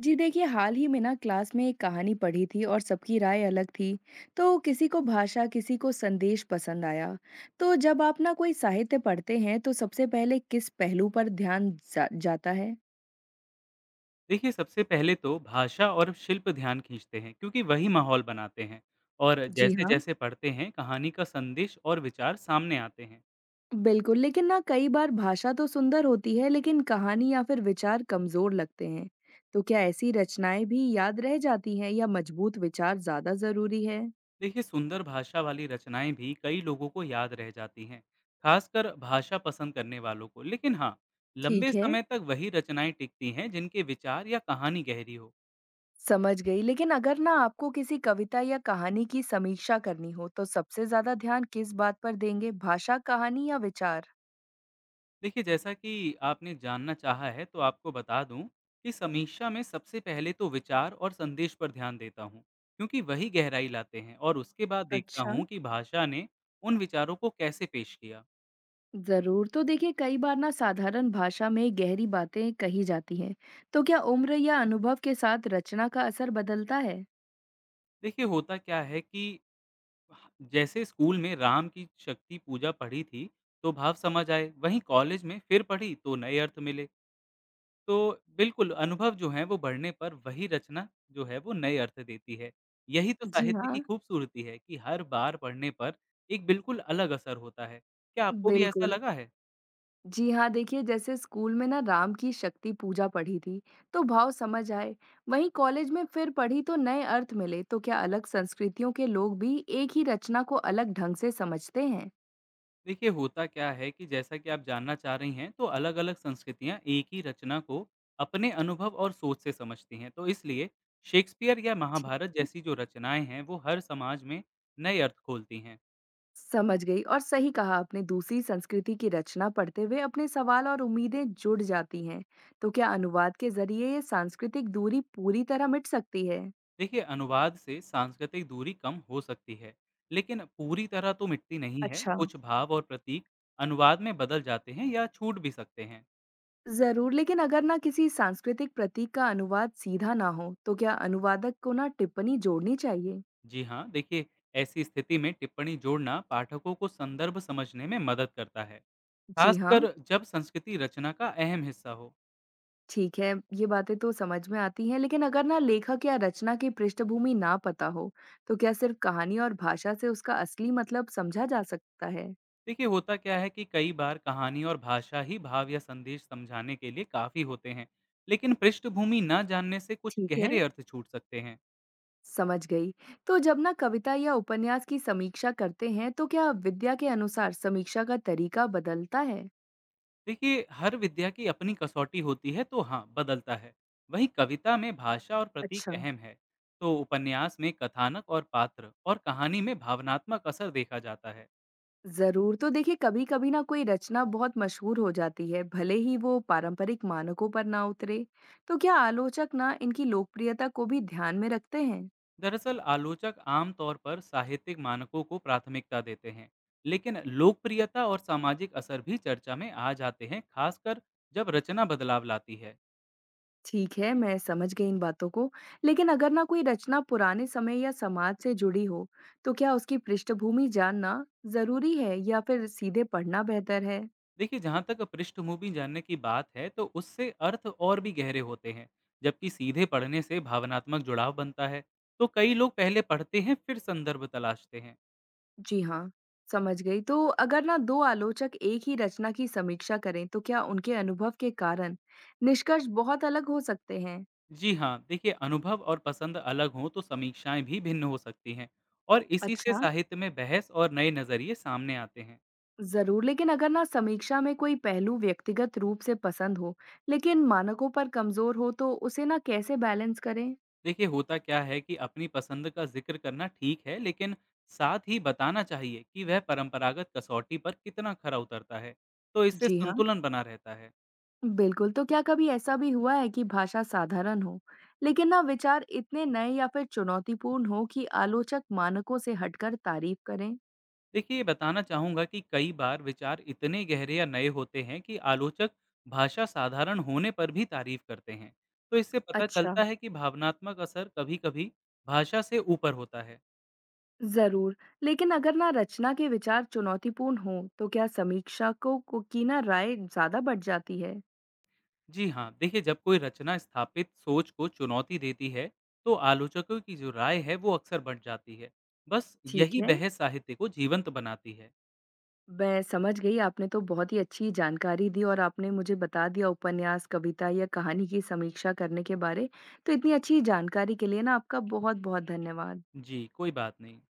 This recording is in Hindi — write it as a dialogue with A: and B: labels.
A: जी देखिए, हाल ही में ना क्लास में एक कहानी पढ़ी थी और सबकी राय अलग थी। तो किसी को भाषा किसी को संदेश पसंद आया। तो जब आप ना कोई साहित्य पढ़ते हैं तो सबसे पहले किस पहलू पर ध्यान जाता है?
B: देखिए, सबसे पहले तो भाषा और शिल्प ध्यान खींचते हैं क्योंकि वही माहौल बनाते हैं। और
A: जी
B: जैसे
A: हाँ,
B: जैसे पढ़ते हैं कहानी का संदेश और विचार सामने आते हैं।
A: बिल्कुल। लेकिन ना कई बार भाषा तो सुंदर होती है लेकिन कहानी या फिर विचार कमजोर लगते हैं। तो क्या ऐसी रचनाएं भी याद रह जाती हैं या मजबूत विचार ज्यादा जरूरी है?
B: देखिए, सुंदर भाषा वाली रचनाएं भी कई लोगों को याद रह जाती हैं, खासकर भाषा पसंद करने वालों को। लेकिन हाँ, लंबे
A: ठीक है,
B: समय तक वही रचनाएं टिकती हैं जिनके विचार या कहानी गहरी हो।
A: समझ गई। लेकिन अगर ना आपको किसी कविता या कहानी की समीक्षा करनी हो, तो सबसे ज़्यादा ध्यान किस बात पर देंगे? भाषा, कहानी या विचार?
B: देखिए, जैसा कि आपने जानना चाहा है तो आपको बता दूं कि समीक्षा में सबसे पहले तो विचार और संदेश पर ध्यान देता हूं क्योंकि वही गहराई लाते हैं, और उसके बाद देखता
A: अच्छा।
B: हूं कि भाषा ने उन विचारों को कैसे पेश किया।
A: ज़रूर। तो देखिए, कई बार ना साधारण भाषा में गहरी बातें कही जाती हैं। तो क्या उम्र या अनुभव के साथ रचना का असर बदलता है?
B: देखिए, होता क्या है कि जैसे स्कूल में राम की शक्ति पूजा पढ़ी थी तो भाव समझ आए, वहीं कॉलेज में फिर पढ़ी तो नए अर्थ मिले। तो बिल्कुल, अनुभव जो हैं वो बढ़ने पर वही रचना जो है वो नए अर्थ देती है। यही तो
A: जी
B: साहित्य की
A: हाँ।
B: खूबसूरती है कि हर बार पढ़ने पर एक बिल्कुल अलग असर होता है। क्या आपको भी ऐसा
A: बिल्कुल।
B: लगा है?
A: जी हाँ, देखिए जैसे स्कूल में ना राम की शक्ति पूजा पढ़ी थी, तो भाव समझ आए। वहीं कॉलेज में फिर पढ़ी तो नए अर्थ मिले। तो क्या अलग संस्कृतियों के लोग भी एक ही रचना को अलग ढंग से समझते हैं?
B: देखिए, होता क्या है कि जैसा कि आप जानना चाह रही हैं तो अलग-अलग संस्कृतियाँ एक ही रचना को अपने अनुभव और सोच से समझती हैं। तो इसलिए शेक्सपियर या
A: ठीक
B: महाभारत
A: है,
B: जैसी जो रचनाएँ हैं वो हर समाज में नए अर्थ खोलती हैं।
A: समझ गई। और सही कहा आपने, दूसरी संस्कृति की रचना पढ़ते हुए अपने सवाल और उम्मीदें जुड़ जाती हैं। तो क्या अनुवाद के जरिए ये सांस्कृतिक दूरी पूरी तरह मिट सकती है?
B: देखिए, अनुवाद से सांस्कृतिक दूरी कम हो सकती है, लेकिन पूरी तरह तो मिटती नहीं है।
A: अच्छा।
B: कुछ भाव और प्रतीक अनुवाद में बदल जाते हैं या छूट भी सकते हैं।
A: जरूर, लेकिन अगर ना किसी सांस्कृतिक प्रतीक का अनुवाद सीधा ना हो, तो क्या अनुवादक को ना टिप्पणी जोड़नी चाहिए?
B: जी हाँ, देखिए, ऐसी स्थिति में टिप्पणी जोड़ना पाठकों को संदर्भ समझने में मदद करता है,
A: जी हाँ।
B: खासकर जब संस्कृति रचना का अहम हिस्सा हो।
A: ठीक है, ये बातें तो समझ में आती हैं। लेकिन अगर ना लेखक या रचना की पृष्ठभूमि ना पता हो, तो क्या सिर्फ कहानी और भाषा से उसका असली मतलब समझा जा सकता है?
B: देखिए, होता क्या है कि कई बार कहानी और भाषा ही भाव या संदेश समझाने के लिए काफी होते हैं, लेकिन पृष्ठभूमि न जानने से कुछ
A: ठीक है,
B: गहरे अर्थ छूट सकते हैं।
A: समझ गई। तो जब ना कविता या उपन्यास की समीक्षा करते हैं तो क्या विद्या के अनुसार समीक्षा का तरीका बदलता है?
B: देखिए, हर विद्या की अपनी कसौटी होती है तो हाँ, बदलता है। वहीं कविता में भाषा और
A: अच्छा।
B: प्रतीक अहम है, तो उपन्यास में कथानक और पात्र, और कहानी में भावनात्मक असर देखा जाता है।
A: ज़रूर, तो देखिए कभी-कभी ना कोई रचना बहुत मशहूर हो जाती है, भले ही वो पारंपरिक मानकों पर ना उतरे। तो क्या आलोचक ना इनकी लोकप्रियता को भी ध्यान में रखते हैं?
B: दरअसल आलोचक आमतौर पर साहित्यिक मानकों को प्राथमिकता देते हैं, लेकिन लोकप्रियता और सामाजिक असर भी चर्चा में आ जाते हैं, खासकर जब रचना बदलाव लाती है।
A: ठीक है, मैं समझ गई इन बातों को, लेकिन अगर ना कोई रचना पुराने समय या समाज से जुड़ी हो, तो क्या उसकी पृष्ठभूमि जानना ज़रूरी है या फिर सीधे पढ़ना बेहतर है?
B: देखिए, जहाँ तक पृष्ठभूमि जानने की बात है तो उससे अर्थ और भी गहरे होते हैं, जबकि सीधे पढ़ने से भावनात्मक जुड़ाव बनता है। तो कई लोग पहले पढ़ते हैं फिर संदर्भ तलाशते हैं।
A: जी हाँ, समझ गई। तो अगर ना 2 आलोचक एक ही रचना की समीक्षा करें, तो क्या उनके अनुभव के कारण निष्कर्ष बहुत अलग हो सकते हैं?
B: जी हाँ, देखिए, अनुभव और पसंद अलग हों तो समीक्षाएं भी भिन्न हो सकती हैं, और इसी से
A: अच्छा,
B: साहित्य में बहस और नए नज़रिए सामने आते हैं।
A: ज़रूर। लेकिन अगर ना समीक्षा में कोई पहलू व्यक्तिगत रूप से पसंद हो, लेकिन मानकों पर कमज़ोर हो, तो उसे ना कैसे बैलेंस करें?
B: देखिए, होता क्या है कि अपनी पसंद का जिक्र करना ठीक है, लेकिन साथ ही बताना चाहिए कि वह परंपरागत कसौटी पर कितना खरा उतरता है। तो इससे
A: जी हाँ,
B: संतुलन बना रहता है।
A: बिल्कुल। तो क्या कभी ऐसा भी हुआ है कि भाषा साधारण हो, लेकिन ना विचार इतने नए या फिर चुनौतीपूर्ण हो कि आलोचक मानकों से हटकर तारीफ करें?
B: देखिए, ये बताना चाहूँगा कि कई बार विचार इतने गहरे या नए होते हैं कि आलोचक भाषा साधारण होने पर भी तारीफ करते हैं। तो इससे पता
A: अच्छा,
B: चलता है कि भावनात्मक असर कभी-कभी भाषा से ऊपर होता है।
A: ज़रूर। लेकिन अगर ना रचना के विचार चुनौतीपूर्ण हो, तो क्या समीक्षकों को की ना राय ज़्यादा बढ़ जाती है?
B: जी हाँ, देखिए, जब कोई रचना स्थापित सोच को चुनौती देती है तो आलोचकों की जो राय है वो अक्सर बढ़ जाती है। बस,
A: ठीक
B: यही
A: है।
B: बहस साहित्य को जीवंत बनाती है।
A: मैं समझ गई, आपने तो बहुत ही अच्छी जानकारी दी और आपने मुझे बता दिया उपन्यास, कविता या कहानी की समीक्षा करने के बारे। तो इतनी अच्छी जानकारी के लिए ना आपका बहुत-बहुत धन्यवाद।
B: जी, कोई बात नहीं।